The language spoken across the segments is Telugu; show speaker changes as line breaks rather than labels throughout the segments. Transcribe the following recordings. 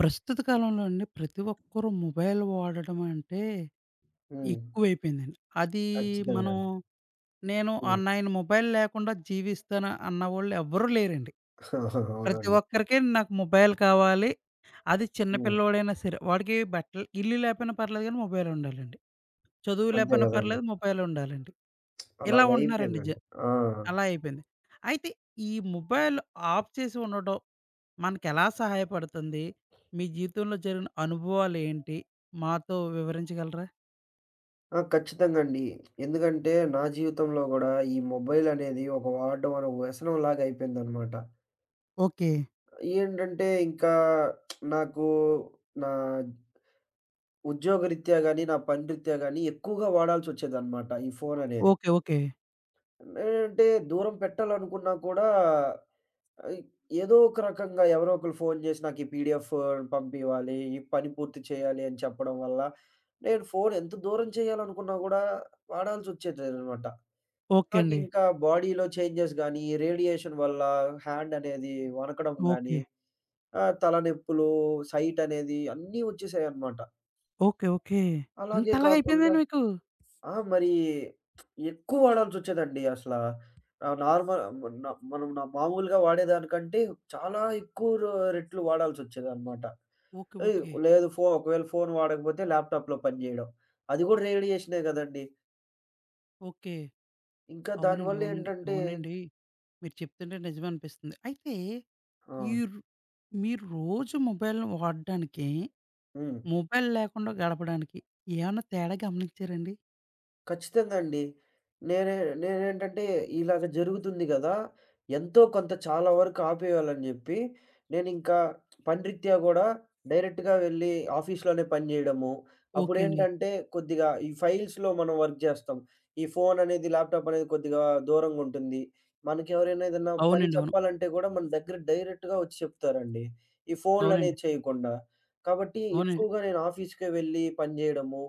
ప్రస్తుత కాలంలో అండి, ప్రతి ఒక్కరు మొబైల్ వాడడం అంటే
హ్మ్.
ఎక్కువైపోయిందండి. అది
ఖచ్చితంగా
మనం,
అండి.
నేను
హ్మ్.
9 మొబైల్ లేకుండా జీవిస్తాను అన్నవాళ్ళు ఎవ్వరూ లేరండి. ప్రతి
అవునండి.
ఒక్కరికి నాకు మొబైల్ కావాలి. అది చిన్న
హ్మ్.
పిల్లోడైనా సరే, వాడికి బట్టలు, ఇల్లు లేకపోయినా పర్లేదు కానీ మొబైల్ ఉండాలండి. చదువు
అంతే
లేకపోయినా
గదండీ.
పర్లేదు, మొబైల్ ఉండాలండి. ఇలా ఉంటున్నారండి
అలాగయిపోయిందండి. ఆ!
అలా అయిపోయింది. అయితే ఈ మొబైల్ ఆఫ్ చేసి ఉండడం మనకెలా సహాయపడుతుంది? మీ జీవితంలో జరిగిన అనుభవాలేంటి? మాతో వివరించగలరా?
ఆ! ఖచ్చితంగా అండి. ఎందుకంటే నా జీవితంలో గూడా ఈ మొబైలనేది ఒక వాడడం అనే వ్యసనంలాగా అయిపోయిందనమాట.
ఓకే.
ఏంటంటే ఇంకా నాకు నా ఉద్యోగరీత్యా గాని, నా పని రీత్యా గాని ఎక్కువగా వాడాల్సొచ్చేదనమాట ఈ ఫోననేది.
ఓకే. ఓకే.
అంటే దూరం పెట్టాలనుకున్నా కూడా ఆహ్, ఏదో ఒక రకంగా ఎవరో ఒకళ్ళు ఫోను చేసి నాకు ఈ పీడీఎఫ్ పంపివ్వాలి, ఈ పని పూర్తి చేయాలి అని చెప్పడం వల్ల, నేను ఫోను ఎంత దూరం చేయాలనుకున్నా కూడా వాడాల్సొచ్చేదనమాట.
ఓకే అండి.
నాకింకా బాడీలో చేంజెస్ గానీ, రేడియేషన్ వల్ల హ్యాండ్ అనేది వణకడం గానీ,
ఓకే.
తలనొప్పులు, సైట్ అనేది అన్నీ వచ్చేసాయనమాట.
ఓకే. ఓకే.
అలాగే
ఇంతలాగా
కాకుండా
అయిపోయిందండి మీకు?
ఆ! మరి ఎక్కువ వాడాల్సొచ్చేదండి అసల. నార్మల్ మనం మామూలుగా వాడేదానికంటే చాలా ఎక్కువ రెట్లు వాడాల్సొచ్చేదనమాట.
ఓకే.
ఏయ్!
ఓకే.
లేదు ఒకవేళ ఫోన్ వాడకపోతే ల్యాప్‌టాప్‌లో పని జేయడం. అది గూడా రేడియేషనే గదండీ.
ఓకే.
ఇంకా
అవునండి. అవునండి.
దానివల్లేంటంటే
అవునండి. మీరు చెప్తుంటే నిజమే అనిపిస్తుంది. అయితే ఈ
ఆ!
రు మీరు రోజు మొబైల్‌ని వాడడానికి,
హ్మ్.
మొబైల్ లేకుండా గడపడానికి ఏమన్నా తేడా గమనించారండి?
ఖచ్చితంగా అండి. నేనే నేనేంటంటే ఇలాగ జరుగుతుంది గదా! ఎంతో కొంత చాలా వరకు ఆపేయాలని జెప్పి, నేనింకా పనిరీత్యా గూడా డైరెక్ట్‌గా వెళ్లి ఆఫీస్‌లోనే పని జేయడము.
ఓకే అండి.
అప్పుడేంటంటే కొద్దిగా ఈ ఫైల్స్‌లో మనం వర్క్ జేస్తాం. ఈ ఫోన్ అనేది, ల్యాప్‌టాప్ అనేది కొద్దిగా దూరంగుంటుంది. మనకెవరైనా ఏదన్నా పని
అవునండి. అవును.
చెప్పాలంటే గూడా మన దగ్గర డైరెక్ట్‌గా ఒచ్చి చెప్తారండి. ఈ
అవునండి.
ఫోన్‌లనేవి చేయకుండా. కాబట్టి
అవునండి.
ఎక్కువగా నేను ఆఫీస్‌కే వెళ్ళి పని జేయడము.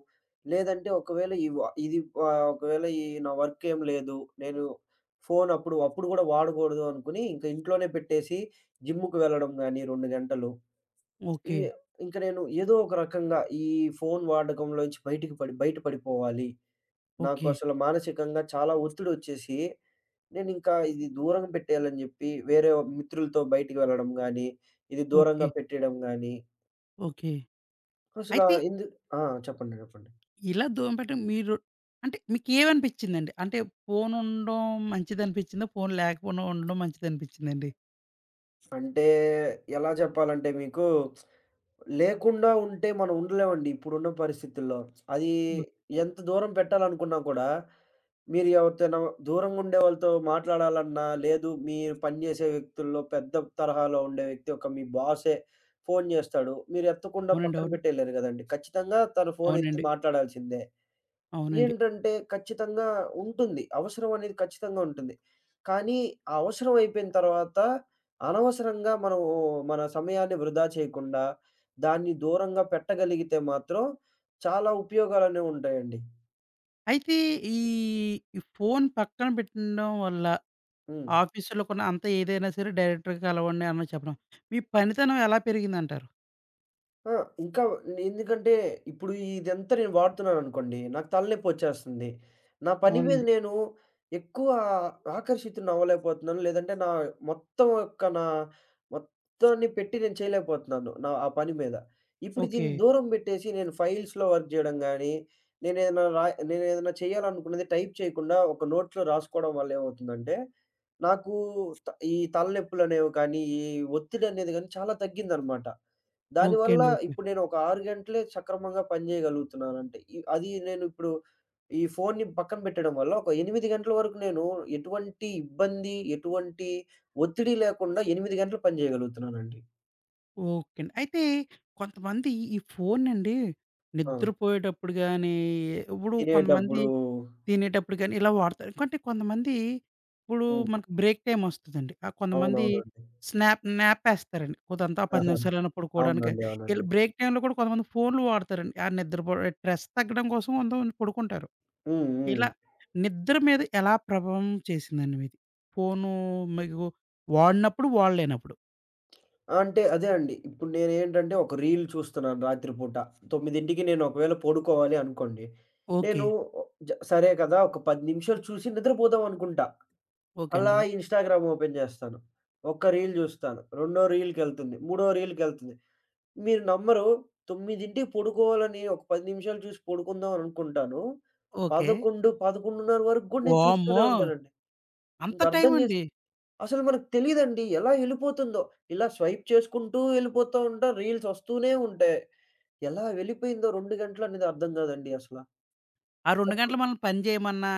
లేదంటే ఒకవేళ ఇవ ఇది ఒకవేళ ఈ నా వర్క్ ఏం లేదు. నేను ఫోను అప్పుడు అప్పుడు గూడా వాడకూడదు అనుకుని, ఇంక ఇంట్లోనే పెట్టేసి జిమ్‌కి వెళ్ళడం గానీ 2 గంటలు.
ఓకే.
ఇవి ఇంక నేను ఏదో ఒక రకంగా ఈ ఫోను వాడకంలోంచి బయట పడిపోవాలి. నాకు
ఓకే.
అసలు మానసికంగా చాలా ఒత్తిడొచ్చేసి, నేనింకా ఇది దూరం పెట్టేయాలని జెప్పి వేరే మిత్రులతో బయటికి వెళ్ళడం గానీ, ఇది దూరంగా
ఓకే.
పెట్టేయడం గానీ,
ఓకే.
అసల
అయితే
ఎందు ఆ! చెప్పండి. చెప్పండి.
ఇలా దూరం పెట్టడం మీరు, అంటే మీకేమనిపిచ్చిందండి? అంటే ఫోను ఉండడం మంచిదనిపిచ్చిందా? ఫోను లేకపోవడం, ఉండడం మంచిదనిపిచ్చిందండి?
అంటే ఎలా చెప్పాలంటే మీకు లేకుండా ఉంటే మనం ఉండలేమండి ఇప్పుడున్న పరిస్థితుల్లో. అది
ఓకే.
ఎంత దూరం పెట్టాలనుకున్నా కూడా, మీరు ఎవరితోనో దూరంగా ఉండే వాళ్ళతో మాట్లాడాలన్నా, లేదు మీరు పనిచేసే వ్యక్తుల్లో పెద్ద తరహాలో ఉండే వ్యక్తి ఒక మీ బాసే ఫోను చేస్తాడు. మీరు ఎత్తకుండా
అవునండి.
పక్కన
అవును.
పెట్టేయలేరు గదండీ. ఖచ్చితంగా తను ఫోనెత్తి
అవునండి.
మాట్లాడాల్సిందే.
అవునండి.
ఏంటంటే ఖచ్చితంగా ఉంటుంది. అవసరం అనేది ఖచ్చితంగా ఉంటుంది. కానీ ఆ అవసరం అయిపోయిన తర్వాత అనవసరంగా మనము మన సమయాన్ని వృధా చేయకుండా, దాన్ని దూరంగా పెట్టగలిగితే మాత్రం చాలా ఉపయోగాలనేవి ఉంటాయండి.
అయితే ఈ, ఈ ఫోను పక్కన పెట్టడం వల్ల
హ్మ్.
ఆఫీసులో కూడా అంత ఏదైనా సరే డైరెక్టర్‌గా కలవండి అని చెప్పడం, మీ పనితనం ఎలా పెరిగిందంటారు?
ఆ! ఇంకా ఎందుకంటే, ఇప్పుడు ఇదంతా నేను వాడుతున్నాననుకోండి, నాకు తలనొప్పొచ్చేస్తుంది. నా పని మీద
అవునండి.
నేను ఎక్కువ ఆకర్షితుడినవ్వలేకపోతున్నాను. లేదంటే నా మొత్తం యొక్క నా మొత్తాన్ని పెట్టి నేను చేయలేకపోతున్నాను. నా ఆ పని మీద. ఇప్పుడు
ఓకే.
దీన్ని దూరం పెట్టేసి నేను ఫైల్స్‌లో వర్క్ జేయడం గానీ, నేనేదైనా రా నేనేదైనా చేయాలనుకున్నది టైప్ చేయకుండా ఒక నోట్‌లో రాసుకోవడం వల్ల ఏమవుతుందంటే, నాకు ఈ తలనొప్పులనేవి కానీ, ఈ ఒత్తిడనేది గానీ చాలా తగ్గిందనమాట.
ఓకే
దానివల్ల
అండి. ఓకే.
ఇప్పుడు నేను ఒక 6 గంటలే సక్రమంగా పని చేయగలుగుతున్నానంటే. ఈ అది నేను ఇప్పుడు ఈ ఫోన్‌ని పక్కన పెట్టడం వల్ల ఒక 8 గంటల వరకు నేను ఎటువంటి ఇబ్బంది, ఎటువంటి ఒత్తిడి లేకుండా 8 గంటలు పని చేయగలుగుతున్నానండి.
ఓకే అండి. అయితే కొంతమంది ఈ ఫోనండి
ఆ!
నిద్రపోయేటప్పుడు గానీ, ఇప్పుడు కొంతమంది
తినేటప్పుడు
తినేటప్పుడు గానీ, ఇలా వాడతారు. అంటే కొంతమంది ఇప్పుడు
హ్మ్.
మనకు బ్రేక్ టైమ్ ఒస్తదండి. కొంతమంది
అవునవునండి.
స్నాప్ నాపేస్తారండి, కొదంతా 10
ఆహా!
నిమిషాలైనా పడుకోవడానికి.
అవునండి.
ఈళ్ళు
అవునండి.
బ్రేక్ టైమ్‌లో కూడా కొంతమంది ఫోన్లు వాడతారండి. ఆ నిద్రపో స్ట్రెస్ తగ్గడం కోసం కొంతమంది పడుకుంటారు.
హ్మ్. హ్మ్.
ఇలా నిద్ర మీద ఎలా ప్రభావం చేసిందండి మీది? ఫోను మీకు వాడినప్పుడు, వాడలేనప్పుడు.
అంటే అదే అండి. ఇప్పుడు నేనేంటంటే ఒక రీల్ చూస్తున్నాను రాత్రి పూట. 9కి నేను ఒకవేళ పడుకోవాలి అనుకోండి.
ఓకే.
నేను సరే కదా! ఒక 10 నిమిషాలు చూసి నిద్రపోదాం అనుకుంటా.
ఓకే
అలా
అండి.
ఇన్‌స్టాగ్రామ్ ఓపెన్ చేస్తాను. ఒక్క రీల్ చూస్తాను. రెండో రీల్‌కెళ్తుంది. మూడో రీల్‌కెళ్తుంది. మీరు నమ్మరు 9కి పడుకోవాలని ఒక 10 నిమిషాలు చూసి పడుకుందాం అని అనుకుంటాను.
ఓకే.
11, 11:30 వరకు గూడా నేను చూస్తూనే
వామ్మో!
ఉంటానండి.
అంత
ఇంక అర్థం
టైమండి?
చేసుకో అసలు మనకు తెలీదండి. ఎలా ఎళ్ళిపోతుందో. ఇలా స్వైప్ చేసుకుంటూ ఎళ్ళిపోతా ఉంటాం. రీల్స్ వస్తూనే ఉంటాయి. ఎలా వెళ్ళిపోయిందో 2 గంటలనేది అర్థం కాదండి అసల.
ఆ 2
అప్పుడు
గంటలు మనల్ని పని చేయమన్నా,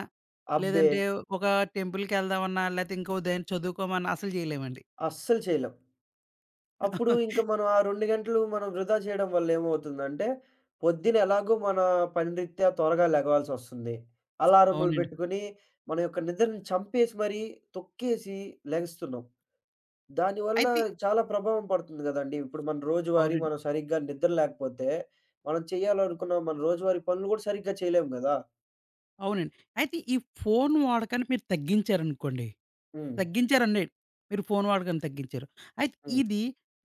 అబ్బే!
లేదంటే ఒక టెంపుల్‌కెళ్దామన్నా, లేతే ఇంకో దేని చదువుకోమన్నా అసలు చేయలేమండి.
అస్సలు చేయలేం. అప్పుడు ఇంక మనం ఆ 2 గంటలు మనం వృధా చేయడం వల్ల ఏమవుతుందంటే, పొద్దున ఎలాగో మన పని రీత్యా త్వరగా లెగవాల్సొస్తుంది. అలారంలు
అవునండి.
పెట్టుకొని, మన యొక్క నిద్రని చంపేసి మరీ, తొక్కేసి లెగస్తున్నాం. దానివల్ల
అయితే
చాలా ప్రభావం పడుతుంది గదండీ! ఇప్పుడు మన రోజువారీ
అవునండి.
మనం సరిగ్గా నిద్ర లేకపోతే, మనం చేయాలనుకున్న మన రోజువారీ పనులు గూడా సరిగ్గా చేయలేము గదా!
అవునండి. అయితే ఈ ఫోన్ వాడకాన్ని మీరు తగ్గించారనుకోండి,
హ్మ్.
తగ్గించారండి. మీరు ఫోన్ వాడకాన్ని తగ్గించారు. అయితే
హ్మ్.
ఇది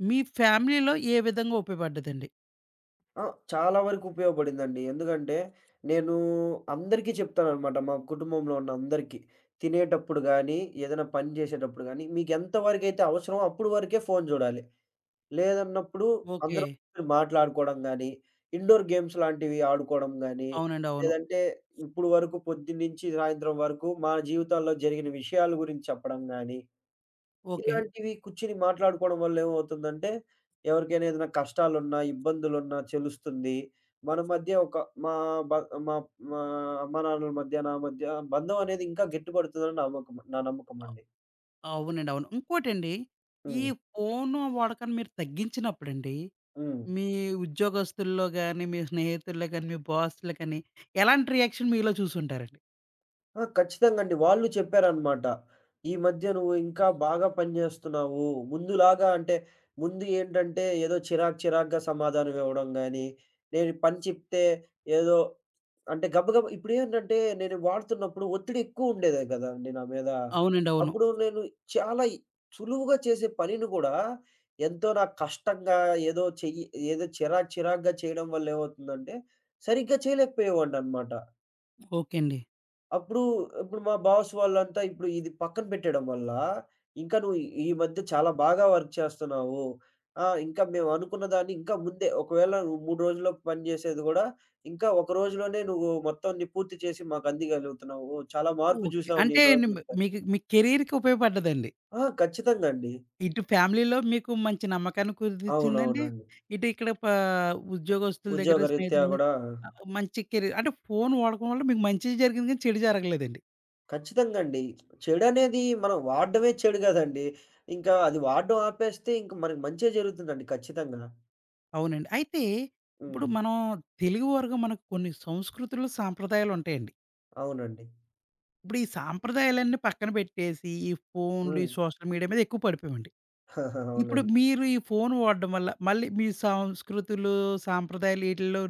మీ ఫ్యామిలీలో ఏ విధంగా ఉపయోగపడ్డదండి?
ఆ! చాలా వరకు ఉపయోగపడిందండి. ఎందుకంటే, నేను అందరికీ చెప్తాననమాట మా కుటుంబంలో ఉన్న అందరికీ. తినేటప్పుడు గానీ, ఏదైనా పని జేసేటప్పుడు గానీ, మీకెంత వరకైతే అవసరమో అప్పుడు వరకే ఫోను జూడాలి. లేదన్నప్పుడు
ఓకే.
అందరం మాట్లాడుకోవడం గాని, ఇండోర్ గేమ్స్ లాంటివి ఆడుకోవడం గాని,
అవునండి. అవును.
లేదంటే ఇప్పుడు వరకు పొద్దున్నుంచి సాయంత్రం వరకు మన జీవితాల్లో జరిగిన విషయాల గురించి చెప్పడం గాని,
ఓకే.
ఇలాంటివి కూర్చొని మాట్లాడుకోవడం వల్ల ఏమవుతుందంటే, ఎవరికైనా ఏదైనా కష్టాలున్నా, ఇబ్బందులున్నా తెలుస్తుంది. మన మధ్య ఒక మా బ మా మా అమ్మానాన్నల మధ్య, నా మధ్య బంధం అనేది ఇంకా గట్టిపడుతుందని నా నమ్మకమండి.
అవునండి. అవును. ఇంకోటండి, ఈ
హ్మ్.
ఫోను వాడకాన్ని మీరు తగ్గించినప్పుడండి
హ్మ్.
మీ ఉద్యోగస్తుల్లో గాని, మీ స్నేహితుల్లో గాని, మీ బాస్‌లు కానీ, ఎలాంటి రియాక్షన్ మీలో చూసుంటారండి?
ఆ! ఖచ్చితంగా అండి. వాళ్ళు చెప్పారనమాట. "ఈ మధ్య నువ్వు ఇంకా బాగా పని జేస్తున్నావు. ముందులాగా" అంటే ముందు ఏంటంటే ఏదో చిరాకు చిరాకుగా సమాధానం ఇవ్వడం గానీ, నేను పని చెప్తే ఏదో అంటే గబగబా ఇప్పుడేంటంటే నేను వాడుతున్నప్పుడు ఒత్తిడి ఎక్కువుండేదే గదండీ నా మీద.
అవునండి. అవును.
అప్పుడు నేను చాలా సులువుగా చేసే పనిని గూడా ఎంతో నాకు కష్టంగా ఏదో చెయ్యి ఏదో చిరాకు చిరాకుగా చేయడం వల్ల ఏమవుతుందంటే సరిగ్గా చేయలేకపోయేవాడిననమాట.
ఓకే అండి.
అప్పుడు, ఇప్పుడు మా బాస్ వాళ్ళంతా ఇప్పుడు ఇది పక్కన పెట్టేయడం వల్ల, ఇంకా నువ్వు ఈ ఈ మధ్య చాలా బాగా వర్క్ చేస్తున్నావు. ఆ! ఇంకా మేము అనుకున్న దాన్ని ఇంకా ముందే ఒకవేళ నువ్వు 3 రోజుల్లో పని చేసేది గూడా, ఇంకా ఒక రోజులోనే నువ్వు మొత్తం నీ పూర్తి చేసి మాకు అందియగలుగుతున్నావు. చాలా మార్పు
ఓకే.
చూసావు
అంటే
నీలో అని
నిమ్
జెప్పారు.
మీకు మీ కెరీర్‌కి ఉపయోగపడ్డదండి.
ఆ! ఖచ్చితంగా అండి.
ఇటు ఫ్యామిలీలో మీకు మంచి నమ్మకాన్ని కుదిర్చిందండి.
అవునవునండి.
ఇటు ఇక్కడ ఉద్యోగస్తుల దగ్గర,
ఉద్యోగరీత్యా
స్నేహితుల మీద,
గూడా
మంచి కెరీర్, అంటే ఫోను వాడకం వల్ల మీకు మంచి జరిగింది కానీ, చెడు జరగలేదండి.
ఖచ్చితంగా అండి. చెడనేది మనం వాడడమే చెడు గదండీ! ఇంకా అది వాడడం ఆపేస్తే ఇంక మనకి మంచే జరుగుతుందండి ఖచ్చితంగా.
అవునండి. అయితే ఇప్పుడు
హ్మ్.
మనం తెలుగు వారుగా మనకు కొన్ని సంస్కృతులు, సాంప్రదాయాలుంటాయండి.
అవునండి.
ఇప్పుడు ఈ సాంప్రదాయాలన్నీ పక్కన పెట్టేసి, ఈ ఫోన్‌లు,
హ్మ్.
ఈ సోషల్ మీడియా మీద ఎక్కువ పడిపోయామండి. ఇప్పుడు
అవునండి.
మీరు ఈ ఫోన్ వాడడం వల్ల, మళ్ళీ మీ సంస్కృతులు, సాంప్రదాయాలు ఈటిల్లో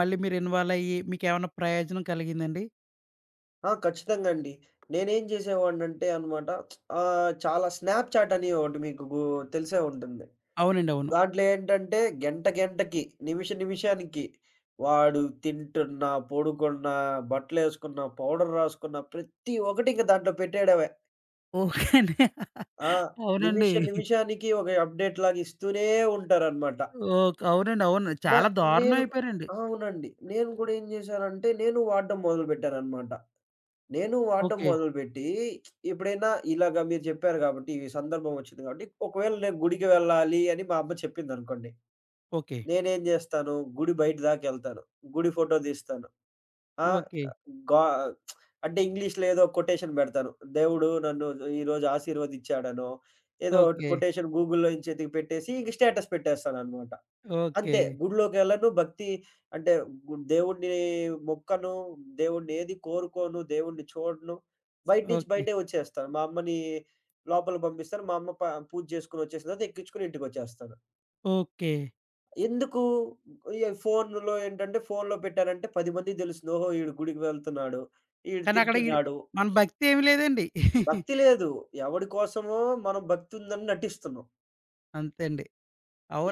మళ్ళీ మీరు ఇన్వాల్వ్ అయ్యి, మీకేమన్నా ప్రయోజనం కలిగిందండి?
ఆ! ఖచ్చితంగా అండి. నేనేం చేసేవాడినంటే అనమాట చాలా స్నాప్‌చాట్ అని ఒకటి మీకు తెలిసే ఉంటుంది.
అవునండి. అవును.
దాంట్లో ఏంటంటే గంట గంటకి, నిమిష నిమిషానికి వాడు తింటున్న, పడుకున్న, బట్టలేసుకున్న, పౌడర్ రాసుకున్న ప్రతి ఒక్కటి ఇంక దాంట్లో పెట్టేయడమే.
ఓకే అండి.
ఆ!
అవునండి.
నిమిష నిమిషానికి ఒక అప్‌డేట్‌లాగా ఇస్తూనే ఉంటారనమాట.
ఓకే. అవునండి. అవును.
న
చాలా దారుణం
నేను
అయిపోయారండి.
అవునండి. నేను కూడా ఏం చేశానంటే నేను వాడడం మొదలుపెట్టాననమాట. నేను వాడడం
ఓకే.
మొదలుపెట్టి ఎప్పుడైనా ఇలాగ మీరు చెప్పారు కాబట్టి, ఈ సందర్భం వచ్చింది కాబట్టి, ఒకవేళ నేను గుడికి వెళ్ళాలి అని మా అమ్మ చెప్పిందనుకోండి.
ఓకే.
నేనేం జేస్తాను, గుడి బయట దాకెళ్తాను. గుడి ఫోటో తీస్తాను. ఆ!
ఓకే.
గా అంటే ఇంగ్లీష్‌లో ఏదో కొటేషన్ పెడతాను. దేవుడు నన్ను ఈరోజు ఆశీర్వదించాడనో, ఏదో ఒకటి
ఓకే.
కొటేషన్ గూగుల్‌లో నుంచి ఎతికి పెట్టేసి ఇంక స్టేటస్ పెట్టేస్తాననమాట.
ఓకే.
అంతే. గుడిలోకెళ్ళను. భక్తి అంటే దేవుడిని మొక్కను, దేవుడిని ఏది కోరుకోను, దేవుడిని చూడను. బయట నుంచి
ఓకే.
బయటే వచ్చేస్తాను. మా అమ్మని లోపలికి పంపిస్తాను. మా అమ్మ పూజ చేసుకొని వచ్చేసిన తర్వాత ఎక్కించుకొని ఇంటికొచ్చేస్తాను.
ఓకే.
ఎందుకు ఈ ఫోనులో ఏంటంటే ఫోనులో పెట్టానంటే 10 మందికి తెలుస్తుంది. ఓహో! ఈడు గుడికి వెళ్తున్నాడు. ఈడు
కానీ అక్కడ ఈ
తింటున్నాడు.
మన భక్తి ఏమి లేదండి.
భక్తి లేదు. ఎవడి కోసమో మనం భక్తి ఉందని నటిస్తున్నాం.
అంతే అండి.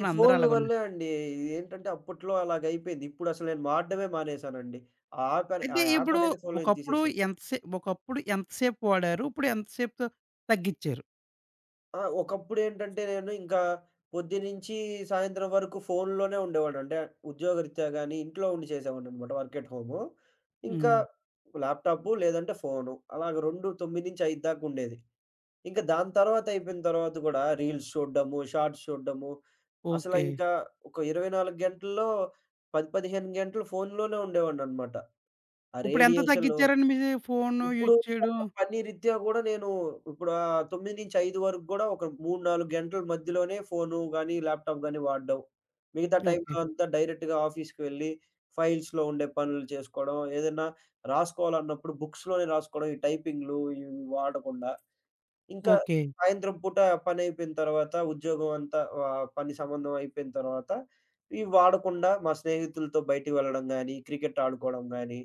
ఈ
అందరూ
ఫోన్‌లు వల్లే
అలాగున్నారు.
అండి. ఇది ఏంటంటే అప్పట్లో అలాగయిపోయింది. ఇప్పుడసలు నేను వాడడమే మానేశానండి. ఆ
అయితే
యాప్
ఇప్పుడు
అనేది ఫోన్‌లో నుంచి
ఒకప్పుడు
తీసేశాను.
ఒకప్పుడు ఎంతసేపు వాడారు? ఇప్పుడు ఎంతసేపుతో తగ్గిచ్చారు?
ఆ! ఒకప్పుడేంటంటే నేను ఇంకా పొద్దున్నుంచి సాయంత్రం వరకు ఫోన్‌లోనే ఉండేవాడిని. అంటే ఉద్యోగరీత్యా గాని, ఇంట్లో ఉండి చేసేవాడిననమాట వర్క్ ఎట్ హోము. ఇంకా
హ్మ్.
ల్యాప్‌టాపు లేదంటే ఫోను. అలాగ 2 9-5 దాకా ఉండేది. ఇంక దాని తర్వాత అయిపోయిన తర్వాత గూడా రీల్స్ చూడ్డము, షార్ట్స్ చూడ్డము, అసల
ఓకే.
ఇంకా ఒక 24 గంటల్లో 10, 15 గంటలు ఫోనులోనే ఉండేవాడిననమాట. ఆ
ఇప్పుడెంత
రేడియేషన్‌లో
తగ్గిచ్చారండి మీ ఫోను
ఇప్పుడు
యూజ్ చేయడం?
పని రీత్యా గూడా నేను ఇప్పుడు 9-5 వరకు గూడా ఒక 3, 4 గంటల మధ్యలోనే ఫోను గానీ, ల్యాప్‌టాప్ గానీ వాడడం. మిగతా
ఓకే.
టైంలో అంతా డైరెక్ట్‌గా ఆఫీస్‌కి వెళ్ళి ఫైల్స్‌లో ఉండే పనులు చేసుకోవడం, ఏదైనా రాసుకోవాలన్నప్పుడు బుక్స్‌లోనే రాసుకోవడం, ఈ టైపింగ్‌లు ఇవి వాడకుండా. ఇంకా
ఓకే.
సాయంత్రం పూట పనైపోయిన తర్వాత, ఉద్యోగం అంతా పని సంబంధం అయిపోయిన తర్వాత, ఇవి వాడకుండా మా స్నేహితులతో బయటికి వెళ్ళడం గానీ, క్రికెట్ ఆడుకోవడం గానీ,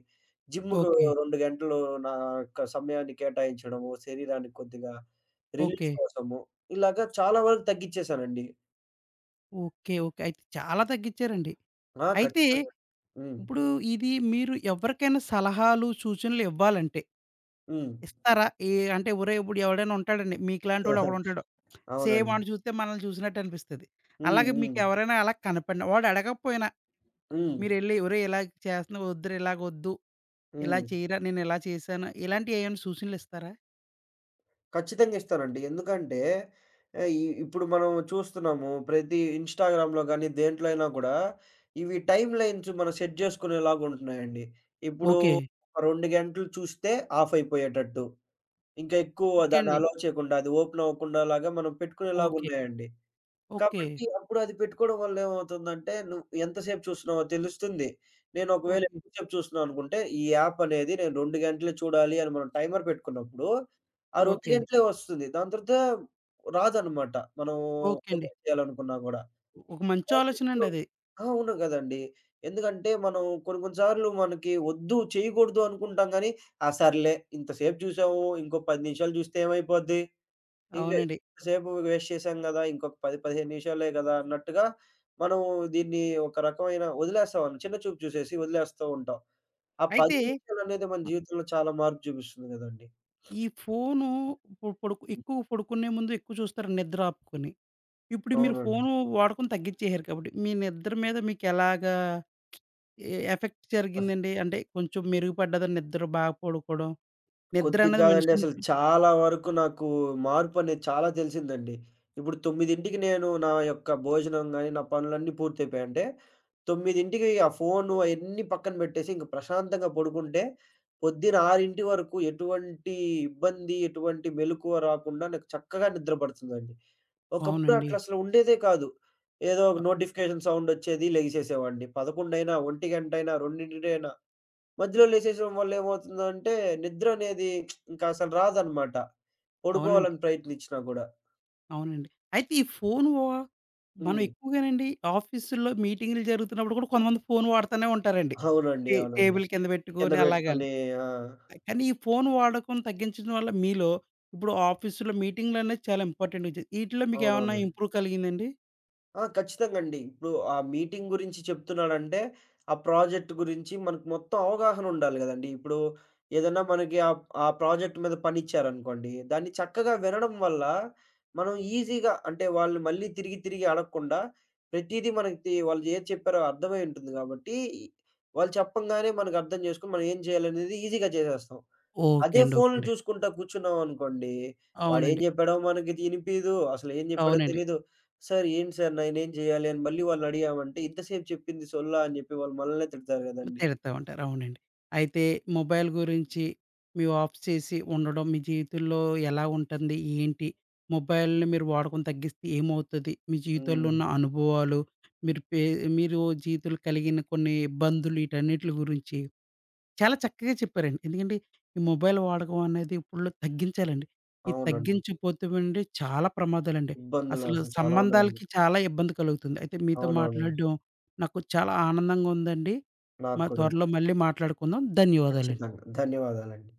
జిమ్‌కు
ఓకే.
2 గంటలు నా యొక్క సమయాన్ని కేటాయించడము, శరీరానికి కొద్దిగా
ఓకే.
రిలీఫ్ కోసము, ఇలాగా చాలా వరకు తగ్గిచ్చేశానండి.
ఓకే. ఓకే. అయితే చాలా తగ్గిచ్చారండి.
ఆ!
అయితే
ఖచ్చితంగా. హ్మ్.
ఇప్పుడు ఇది మీరు ఎవరికైనా సలహాలు, సూచనలు ఇవ్వాలంటే
హ్మ్.
ఇస్తారా? అంటే ఒరేయ్! ఇప్పుడు ఎవడైనా ఉంటాడండి, మీకులాంటోడు ఒకడుంటాడు. సేమ్
అవునండి.
వాడిని చూస్తే మనల్ని చూసినట్టు అనిపిస్తది.
హ్మ్.
అలాగే
హ్మ్.
మీకెవరైనా అలా కనపడిన వాడు అడగకపోయినా
హ్మ్.
మీరెళ్లి, "ఒరేయ్! ఇలా చేస్తున్నావు, వద్దురా ఇలాగొద్దు. ఇలా
హ్మ్.
చేయరా, నేనిలా చేశాను." ఇలాంటివి ఏమైనా సూచనలిస్తారా?
ఖచ్చితంగా ఇస్తానండి. ఎందుకంటే ఆహ్, ఇ ఇప్పుడు మనం చూస్తున్నాము ప్రతి ఇన్‌స్టాగ్రామ్‌లో గాని, దేంట్లో అయినా కూడా ఇవి టైమ్ లైన్స్ మనం సెట్ చేసుకునేలాగా ఉంటున్నాయండి. ఇప్పుడు
ఓకే.
ఒక 2 గంటలు చూస్తే ఆఫ్ అయిపోయేటట్టు. ఇంకా ఎక్కువ
ఓకే
దాన్ని
అండి.
అలో చేయకుండా అది ఓపెన్ అవ్వకుండా లాగా మనం పెట్టుకునేలాగా
ఓకే.
ఉన్నాయండి.
ఓకే.
కాబట్టి అప్పుడు అది పెట్టుకోవడం వల్ల ఏమవుతుందంటే, నువ్వు ఎంత సేపు చూస్తున్నావో తెలుస్తుంది. నేను ఒకవేళ
ఓకే.
ఎక్కువ సేపు చూస్తున్నాననుకుంటే, ఈ యాప్ అనేది నేను 2 గంటలే చూడాలి అని మనం టైమర్ పెట్టుకున్నప్పుడు, ఆ 2
ఓకే.
గంటలే వస్తుంది. దాని తర్వాత రాదనమాట. మనం
ఓకే అండి.
ఓపెన్ చేయాలనుకున్నా గూడా.
ఒక మంచి
కాబట్టి ఇప్పుడు
ఆలోచనండి అది.
ఆ! అవును గదండీ. ఎందుకంటే మనం కొన్ని కొన్ని సార్లు మనకి వద్దు చేయకూడదు అనుకుంటాం గానీ, ఆ! సర్లే ఇంత సేపు చూసాము ఇంకో 10 నిమిషాలు చూస్తే ఏమైపోద్ది? ఇంక
అవునండి.
సేపు వేస్ట్ చేశాం గదా! ఇంకొక 10, 15 నిమిషాలే గదా! అన్నట్టుగా మనము దీన్ని ఒక రకమైన వదిలేస్తామని చిన్న చూపు చూసేసి వదిలేస్తూ ఉంటాం. ఆ 10
అయితే
నిమిషాలనేది మన జీవితంలో చాలా మార్పు చూపిస్తుంది గదండీ!
ఈ ఫోను ఇప్పుడు
హ్మ్.
ఎక్కువ పడుకునే ముందు ఎక్కువ చూస్తారు నిద్ర ఆపుకొని. ఇప్పుడు మీరు
అవునండి.
ఫోను వాడకం తగ్గిచ్చేసారు కాబట్టి మీ నిద్ర మీద మీకెలాగా ఎఫెక్ట్ జరిగిందండి? అంటే కొంచెం మెరుగుపడ్డదా నిద్ర, బాగా పడుకోవడం? నిద్ర
కొద్దిగా
అనేది
కాదండి.
మనిషికి
అసలు
ముఖ్యం.
చాలా వరకు నాకు మార్పనేది చాలా తెలిసిందండి. ఇప్పుడు 9కి నేను నా యొక్క భోజనం గాని, నా పనులన్నీ పూర్తయిపోయాయంటే, 9కి ఆ ఫోను అయన్నీ పక్కన పెట్టేసి ఇంక ప్రశాంతంగా పడుకుంటే, పొద్దున 6 వరకు ఎటువంటి ఇబ్బంది, ఎటువంటి మెలకువ రాకుండా నాకు చక్కగా నిద్ర పడుతుందండి. ఒకప్పుడు
అవునండి.
అట్లా అసలు ఉండేదే కాదు. ఏదో ఒక
అ
నోటిఫికేషన్ సౌండొచ్చేది లెగిసేసేవాడిని. 11 అయినా, 1 గంటైనా, 2 మధ్యలో లేసేయడం వల్ల ఏమవుతుందంటే నిద్ర అనేది ఇంకా అసలు రాదనమాట.
అవునండి.
పడుకోవాలని ప్రయత్నించినా గూడా.
అవునండి. అయితే ఈ ఫోను వ మనం
హ్మ్.
ఎక్కువగానండి ఆఫీసుల్లో మీటింగులు జరుగుతున్నప్పుడు కూడా కొంతమంది ఫోను వాడతానే ఉంటారండి.
అవునండి. అవునండి.
టేబుల్ కింద
కింద
పెట్టుకొని అలాగని.
బెట్టుకొని. ఆ!
కానీ ఈ ఫోను వాడకం తగ్గించడం వల్ల మీలో, ఇప్పుడు ఆఫీసులో మీటింగులనేవి చాలా ఇంపార్టెంట్ విషయం. ఈటిల్లో మీకేమన్నా
అవునవును.
ఇంప్రూవ్ కలిగిందండి?
ఆ! ఖచ్చితంగా అండి. ఇప్పుడు ఆ మీటింగ్ గురించి చెప్తున్నాడంటే, ఆ ప్రాజెక్ట్ గురించి మనకు మొత్తం అవగాహన ఉండాలి గదండీ. ఇప్పుడు ఏదన్నా మనకి ఆ ఆ ప్రాజెక్ట్ మీద పనిచ్చారనుకోండి, దాన్ని చక్కగా వినడం వల్ల మనం ఈజీగా అంటే వాళ్ళు మళ్ళీ తిరిగి తిరిగి అడగకుండా ప్రతీదీ మనకి వాళ్ళు ఏది చెప్పారో అర్థమై ఉంటుంది గాబట్టి, వాళ్ళు చెప్పంగానే మనకు అర్థం జేసుకొని మనం ఏం జేయాలనేది ఈజీగా చేసేస్తాం.
ఓకే
అదే
అండి. ఓకే
ఫోన్‌లు
అండి.
చూసుకుంటా కూర్చున్నామనుకోండి, వాడేం
అవునండి.
చెప్పాడో మనకి ఇనిపియదు. అసలేం చెప్పాడో
అవునండి.
తెలీదు. "సార్ ఏంటి సార్ నేనేం చేయాలి?" అని మళ్ళీ వాళ్ళనడిగామంటే, ఇంతసేపు చెప్పింది సొల్లా అని చెప్పి వాళ్ళు మనల్నే తిడతారు గదండీ!
తిడతా ఉంటారు. అవునండి. అయితే మొబైల్ గురించి మీరు ఆఫ్ చేసి ఉండడం మీ జీవితంలో ఎలా ఉంటుంది? ఏంటి? మొబైల్‌ని మీరు వాడకం తగ్గిస్తే ఏమవుతది? మీ జీవితంలో
హ్మ్.
ఉన్న అనుభవాలు, మీరు పే మీరు జీవితంలో కలిగిన కొన్ని ఇబ్బందులు, వీటన్నిట్లి గురించి చాలా చక్కగా చెప్పారండి. ఎందుకంటే ఈ మొబైల్ వాడకం అనేది ఇప్పుడులో తగ్గించాలండి. ఈ
అవునండి.
తగ్గించపోతేవండి చాలా ప్రమాదాలండి.
ఇబ్బందులు
అసలు
అసలు చాలా ఉన్నాయండి.
సంబంధాలకి చాలా ఇబ్బంది కలుగుతుంది. అయితే మీతో
అవునవునండి.
మాట్లాడడం నాకు చాలా ఆనందంగా ఉందండి.
నాకు
మా
కూడా అండి.
త్వరలో మళ్ళీ మాట్లాడుకుందాం. ధన్యవాదాలండి.
ఖచ్చితంగా. ధన్యవాదాలండి.